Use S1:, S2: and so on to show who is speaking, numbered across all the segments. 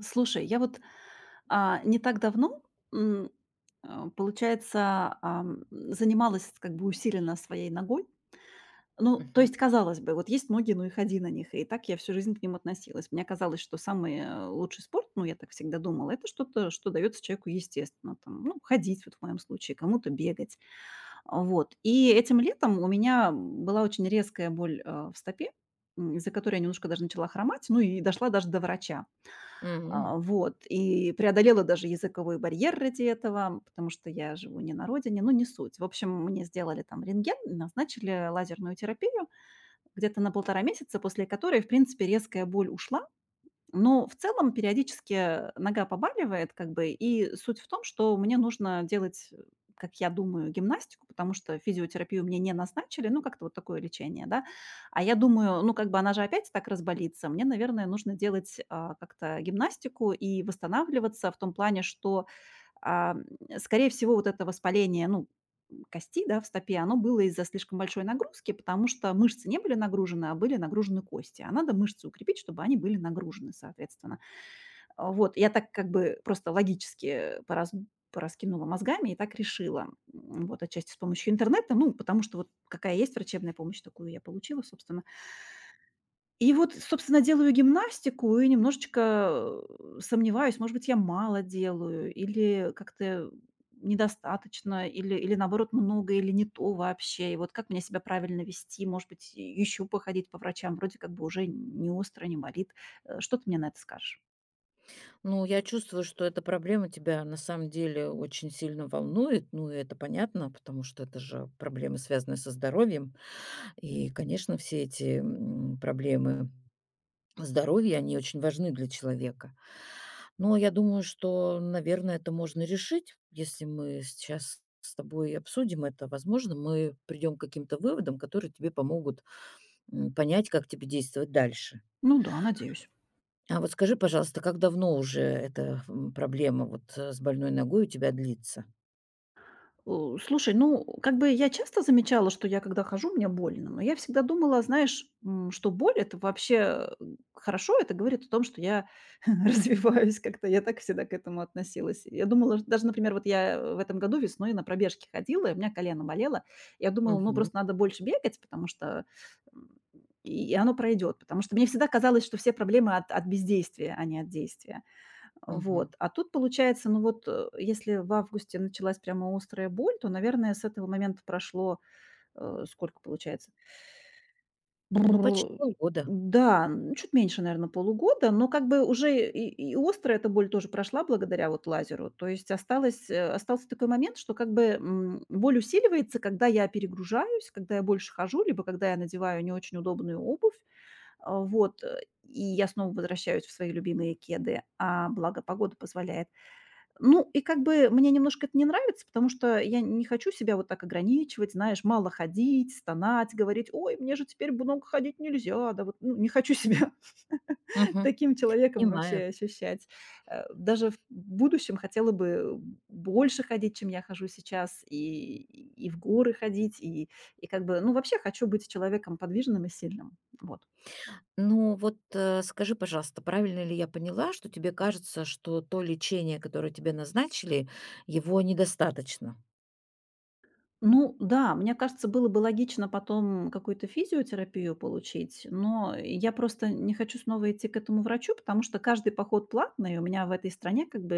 S1: Слушай, я вот, не так давно, м, получается, занималась как бы усиленно своей ногой. Ну, то
S2: Мгм.
S1: есть, казалось бы, вот есть ноги, ну и ходи на них. И так я всю жизнь к ним относилась. Мне казалось, что самый, лучший спорт, ну, я так всегда думала, это что-то, что дается человеку естественно, там, ну, ходить, вот в моем случае, кому-то бегать. Вот. И этим летом у меня была очень резкая боль, в стопе, из-за которой я немножко даже начала хромать, ну и дошла даже до врача.
S2: М.
S1: Вот, и преодолела даже языковой барьер ради этого, потому что я живу не на родине, ну, не суть. В общем, мне сделали там рентген, назначили лазерную терапию где-то на полтора месяца, после которой, в принципе, резкая боль ушла, но в целом периодически нога побаливает, как бы, и суть в том, что мне нужно делать, как я думаю, гимнастику, потому что физиотерапию мне не назначили, ну, как-то вот такое лечение, да. А я думаю, ну, как бы она же опять так разболится, мне, наверное, нужно делать как-то гимнастику и восстанавливаться в том плане, что а, скорее всего, вот это воспаление, ну, кости, да, в стопе, оно было из-за слишком большой нагрузки, потому что мышцы не были нагружены, а были нагружены кости. А надо мышцы укрепить, чтобы они были нагружены, соответственно. Вот, я так как бы просто логически пораскинула мозгами и так решила. Вот отчасти с помощью интернета, ну, потому что вот какая есть врачебная помощь, такую я получила, собственно. И вот, собственно, делаю гимнастику и немножечко, сомневаюсь, может быть, я мало делаю или как-то недостаточно, или, наоборот, много, или не то вообще. И вот как мне себя правильно вести? Может быть, еще походить по врачам, вроде как бы уже не остро, не болит. Что ты мне на это скажешь?
S2: Ну, я чувствую, что эта проблема тебя на самом деле очень сильно волнует. Ну, и это понятно, потому что это же проблемы, связанные со здоровьем. И, конечно, все эти проблемы здоровья, они очень важны для человека. Но я думаю, что, наверное, это можно решить, если мы сейчас с тобой обсудим это. Возможно, мы придем к каким-то выводам, которые тебе помогут понять, как тебе действовать дальше.
S1: Ну да, надеюсь.
S2: А вот скажи, пожалуйста, как давно уже эта, проблема вот, с больной ногой у тебя длится?
S1: У, слушай, ну, как бы я часто замечала, что я когда хожу, мне больно, но я всегда думала, знаешь, что боль это вообще э, хорошо, это говорит о том, что я развиваюсь как-то, я так всегда к этому относилась. Я думала, что даже, например, вот я в этом году весной на пробежке ходила, и у меня колено болело, я думала, ну,
S2: Мгм,
S1: просто надо больше бегать, потому что м, и оно пройдет, потому что мне всегда казалось, что все проблемы от бездействия, а не от действия.
S2: мгм.
S1: Вот. А тут получается, ну вот, если в августе началась прямо острая боль, то, наверное, с этого момента прошло, сколько получается?
S2: Ну, почти
S1: Бррр,
S2: полгода.
S1: да, чуть меньше, наверное, полугода, но как бы уже и острая эта боль тоже прошла благодаря вот лазеру. То есть осталось, остался такой момент, что как бы боль усиливается, когда я перегружаюсь, когда я больше хожу, либо когда я надеваю не очень удобную обувь. Вот. И я снова возвращаюсь в свои любимые кеды, а благо погода позволяет. Ну, и как бы мне немножко это не нравится, потому что я не хочу себя вот так ограничивать, знаешь, мало ходить, стонать, говорить: "Ой, мне же теперь много ходить нельзя". Да вот, ну, не хочу себя
S2: Мгм,
S1: таким человеком
S2: понимаю.
S1: вообще ощущать. Даже в будущем хотела бы больше ходить, чем я хожу сейчас, и в горы ходить, и как бы, ну, вообще хочу быть человеком подвижным и сильным. Вот.
S2: Ну вот, скажи, пожалуйста, правильно ли я поняла, что тебе кажется, что то лечение, которое тебе назначили, его недостаточно?
S1: Ну да, мне кажется, было бы логично потом какую-то физиотерапию получить, но я просто не хочу снова идти к этому врачу, потому что каждый поход платный. У меня в этой стране как бы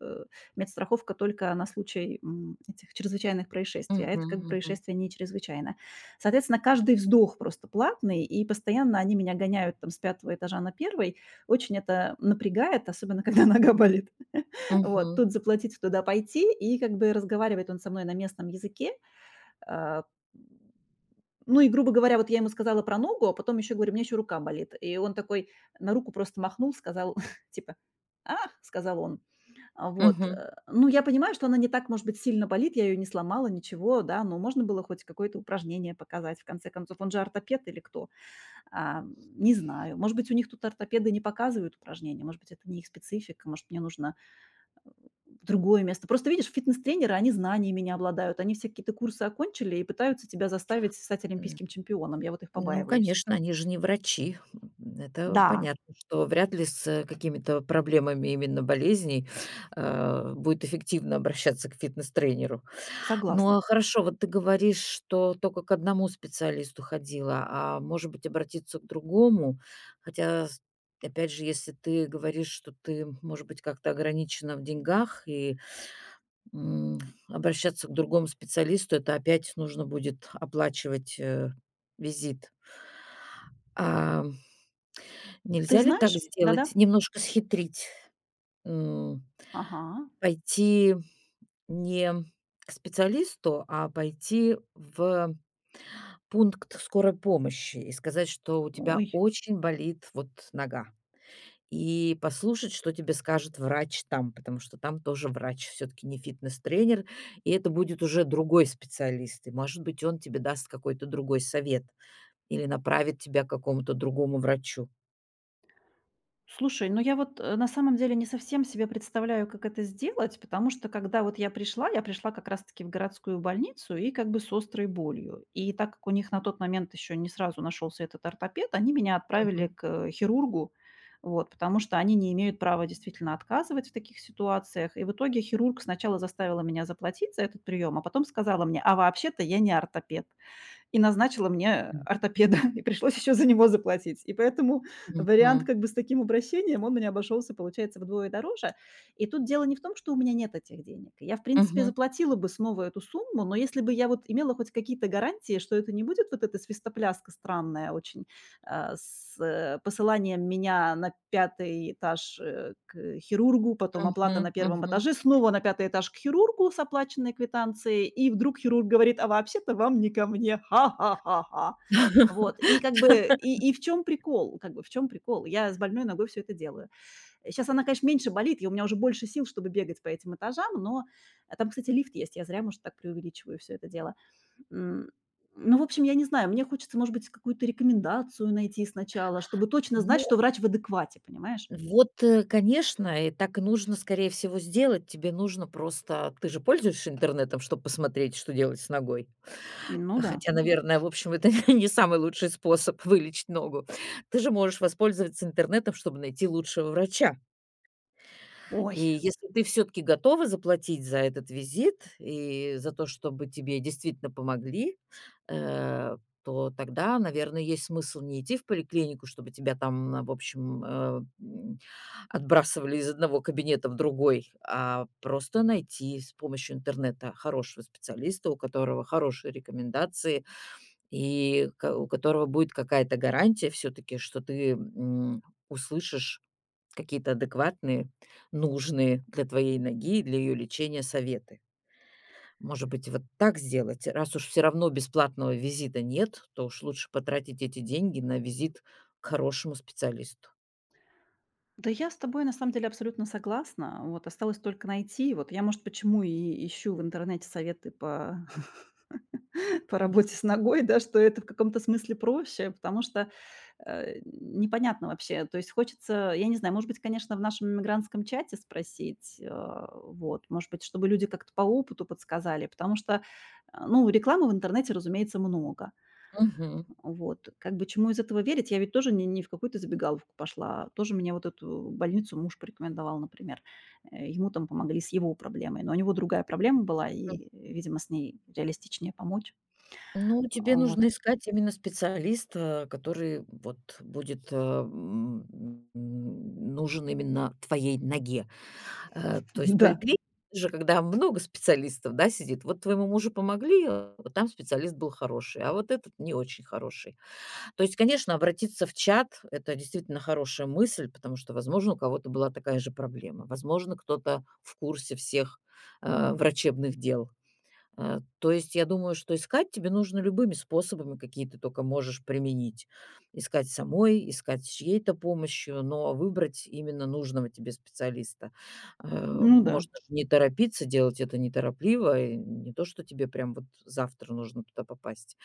S1: э, медстраховка только на случай этих чрезвычайных происшествий,
S2: Мгм,
S1: а это как бы
S2: мгм,
S1: происшествие не чрезвычайное. Соответственно, каждый вздох просто платный, и постоянно они меня гоняют там с пятого этажа на первый. Очень это напрягает, особенно когда нога болит. Вот,
S2: мгм,
S1: тут заплатить, туда пойти, и как бы разговаривает он со мной на местном языке, а, ну и, грубо говоря, вот я ему сказала про ногу, а потом еще говорю: "У меня еще рука болит". И он такой на руку просто махнул, сказал типа: "Ах!" сказал он.
S2: мгм.
S1: Ну, я понимаю, что она не так, может быть, сильно болит, я ее не сломала, ничего, да, но можно было хоть какое-то упражнение показать, в конце концов. Он же ортопед или кто? А, не знаю. Может быть, у них тут ортопеды не показывают упражнения, может быть, это не их специфика, может, мне нужно в другое место. Просто, видишь, фитнес-тренеры, они знаниями не обладают. Они все какие-то курсы окончили и пытаются тебя заставить стать олимпийским чемпионом. Я вот их
S2: Ну,
S1: побаиваюсь.
S2: конечно, они же не врачи. М, это
S1: Да,
S2: понятно, что вряд ли с, какими-то проблемами именно болезней, будет эффективно обращаться к фитнес-тренеру. Ну,
S1: согласна.
S2: а хорошо, вот ты говоришь, что только к одному специалисту ходила, а может быть, обратиться к другому? Хотя, с опять же, если ты говоришь, что ты, может быть, как-то ограничена в деньгах и, м, обращаться к другому специалисту, это опять нужно будет оплачивать, визит. А
S1: Ты
S2: нельзя ли
S1: знаешь?
S2: так сделать?
S1: Да-да.
S2: Немножко схитрить, м,
S1: Ага.
S2: пойти не к специалисту, а пойти в пункт скорой помощи и сказать, что у тебя
S1: Ой.
S2: очень болит вот нога. И послушать, что тебе скажет врач там, потому что там тоже врач, все-таки не фитнес-тренер, и это будет уже другой специалист. И, может быть, он тебе даст какой-то другой совет или направит тебя к какому-то другому врачу.
S1: Слушай, ну я вот, на самом деле не совсем себе представляю, как это сделать, потому что когда вот я пришла как раз-таки в городскую больницу и как бы с острой болью. И так как у них на тот момент еще не сразу нашелся этот ортопед, они меня отправили
S2: Мгм.
S1: к хирургу, вот, потому что они не имеют права действительно отказывать в таких ситуациях. И в итоге хирург сначала заставила меня заплатить за этот прием, а потом сказала мне: "А вообще-то я не ортопед" и назначила мне ортопеда, и пришлось еще за него заплатить. И поэтому вариант
S2: Мгм.
S1: как бы с таким обращением, он мне обошелся, получается, вдвое дороже. И тут дело не в том, что у меня нет этих денег. Я, в принципе,
S2: Мгм.
S1: заплатила бы снова эту сумму, но если бы я вот имела хоть какие-то гарантии, что это не будет вот эта свистопляска странная очень, посыланием меня на пятый этаж, к хирургу, потом оплата
S2: Мгм,
S1: на первом
S2: мгм.
S1: этаже, снова на пятый этаж к хирургу с оплаченной квитанцией, и вдруг хирург говорит: "А вообще-то вам не ко мне, ха-ха-ха-ха". Вот, и как бы, и в чем прикол? Как бы в чем прикол? Я с больной ногой все это делаю. Сейчас она, конечно, меньше болит, и у меня уже больше сил, чтобы бегать по этим этажам, но там, кстати, лифт есть. Я зря, может, так преувеличиваю все это дело. М, ну, в общем, я не знаю, мне хочется, может быть, какую-то рекомендацию найти сначала, чтобы точно знать,
S2: Ну,
S1: что врач в адеквате, понимаешь?
S2: вот, конечно, и так и нужно, скорее всего, сделать. Тебе нужно просто ты же пользуешься интернетом, чтобы посмотреть, что делать с ногой?
S1: Ну да.
S2: Хотя, наверное, в общем, это не самый лучший способ вылечить ногу. Ты же можешь воспользоваться интернетом, чтобы найти лучшего врача.
S1: Ой,
S2: И если ты все таки готова заплатить за этот визит и за то, чтобы тебе действительно помогли, э, то тогда, наверное, есть смысл не идти в поликлинику, чтобы тебя там, в общем, м, отбрасывали из одного кабинета в другой, а просто найти с помощью интернета хорошего специалиста, у которого хорошие рекомендации и ко у которого будет какая-то гарантия все таки что ты, услышишь какие-то адекватные, нужные для твоей ноги и для ее лечения советы. Может быть, вот так сделать? Раз уж все равно бесплатного визита нет, то уж лучше потратить эти деньги на визит к хорошему специалисту.
S1: да я с тобой на самом деле абсолютно согласна. Вот осталось только найти. Вот я, может, почему и ищу в интернете советы по по работе с ногой, да, что это в каком-то смысле проще, потому что непонятно вообще. То есть хочется, я не знаю, может быть, конечно, в нашем мигрантском чате спросить, вот, может быть, чтобы люди как-то по опыту подсказали, потому что, ну, рекламы в интернете, разумеется, много.
S2: Мгм.
S1: Вот, как бы чему из этого верить? Я ведь тоже не в какую-то забегаловку пошла, тоже мне вот эту больницу муж порекомендовал, например. Ему там помогли с его проблемой, но у него другая проблема была, и, видимо, с ней реалистичнее помочь.
S2: Ну, тебе
S1: Вот.
S2: нужно искать именно специалиста, который вот будет, нужен именно твоей ноге. То есть
S1: Да.
S2: поликлиника же, когда много специалистов, да, сидит. Вот твоему мужу помогли, вот там специалист был хороший, а вот этот не очень хороший. То есть, конечно, обратиться в чат- это действительно хорошая мысль, потому что, возможно, у кого-то была такая же проблема. Возможно, кто-то в курсе всех, врачебных дел. То есть я думаю, что искать тебе нужно любыми способами, какие ты только можешь применить. Искать самой, искать с чьей-то помощью, но выбрать именно нужного тебе специалиста.
S1: Ну да.
S2: Можно же не торопиться, делать это неторопливо, и не то, что тебе прям вот завтра нужно туда попасть.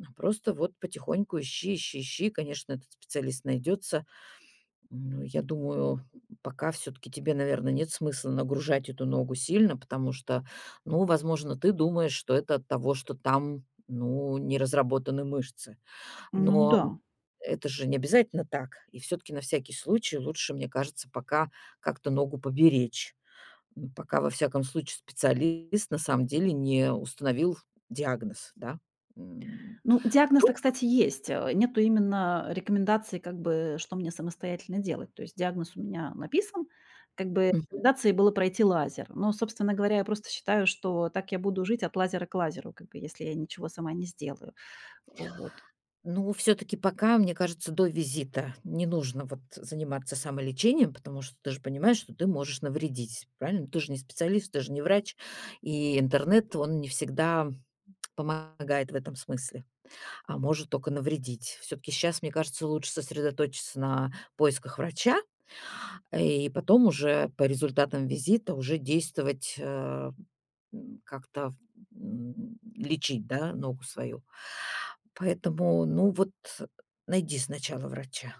S2: Просто вот потихоньку ищи, ищи, ищи. Конечно, этот специалист найдется, ну, я думаю, пока все таки тебе, наверное, нет смысла нагружать эту ногу сильно, потому что, ну, возможно, ты думаешь, что это от того, что там, ну, не разработаны мышцы.
S1: Ну
S2: Но
S1: да.
S2: это же не обязательно так. И все таки на всякий случай лучше, мне кажется, пока как-то ногу поберечь. Пока, во всяком случае, специалист на самом деле не установил диагноз, да. М,
S1: Ну, диагноз-то,
S2: вдруг
S1: кстати, есть. Нету именно рекомендации, как бы, что мне самостоятельно делать. То есть диагноз у меня написан, как бы рекомендацией было пройти лазер. Но, собственно говоря, я просто считаю, что так я буду жить от лазера к лазеру, как бы, если я ничего сама не сделаю. Вот.
S2: Ну, все таки пока, мне кажется, до визита не нужно вот заниматься самолечением, потому что ты же понимаешь, что ты можешь навредить, правильно? Ты же не специалист, ты же не врач, и интернет, он не всегда помогает в этом смысле, а может только навредить. Все таки сейчас, мне кажется, лучше сосредоточиться на поисках врача, и потом уже по результатам визита уже действовать, как-то, лечить, да, ногу свою. Поэтому, ну вот, найди сначала врача,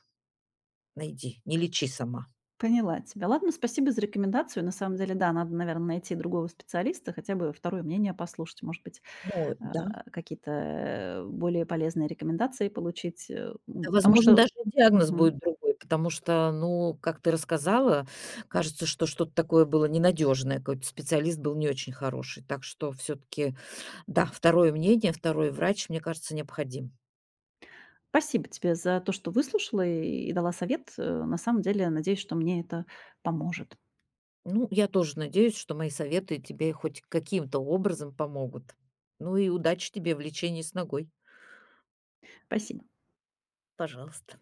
S2: найди, не лечи сама.
S1: Поняла тебя. Ладно, спасибо за рекомендацию. На самом деле, да, надо, наверное, найти другого специалиста, хотя бы второе мнение послушать, может быть,
S2: Ну да.
S1: какие-то э, более полезные рекомендации получить.
S2: Да,
S1: Потому
S2: возможно,
S1: что...
S2: даже и диагноз
S1: Мгм.
S2: будет другой, потому что, ну, как ты рассказала, кажется, что что-то такое было ненадежное, какой-то специалист был не очень хороший. Так что все-таки, да, второе мнение, второй врач, мне кажется, необходим.
S1: Спасибо тебе за то, что выслушала и дала совет. На самом деле, надеюсь, что мне это поможет.
S2: Ну, я тоже надеюсь, что мои советы тебе хоть каким-то образом помогут. Ну и удачи тебе в лечении с ногой.
S1: Спасибо.
S2: Пожалуйста.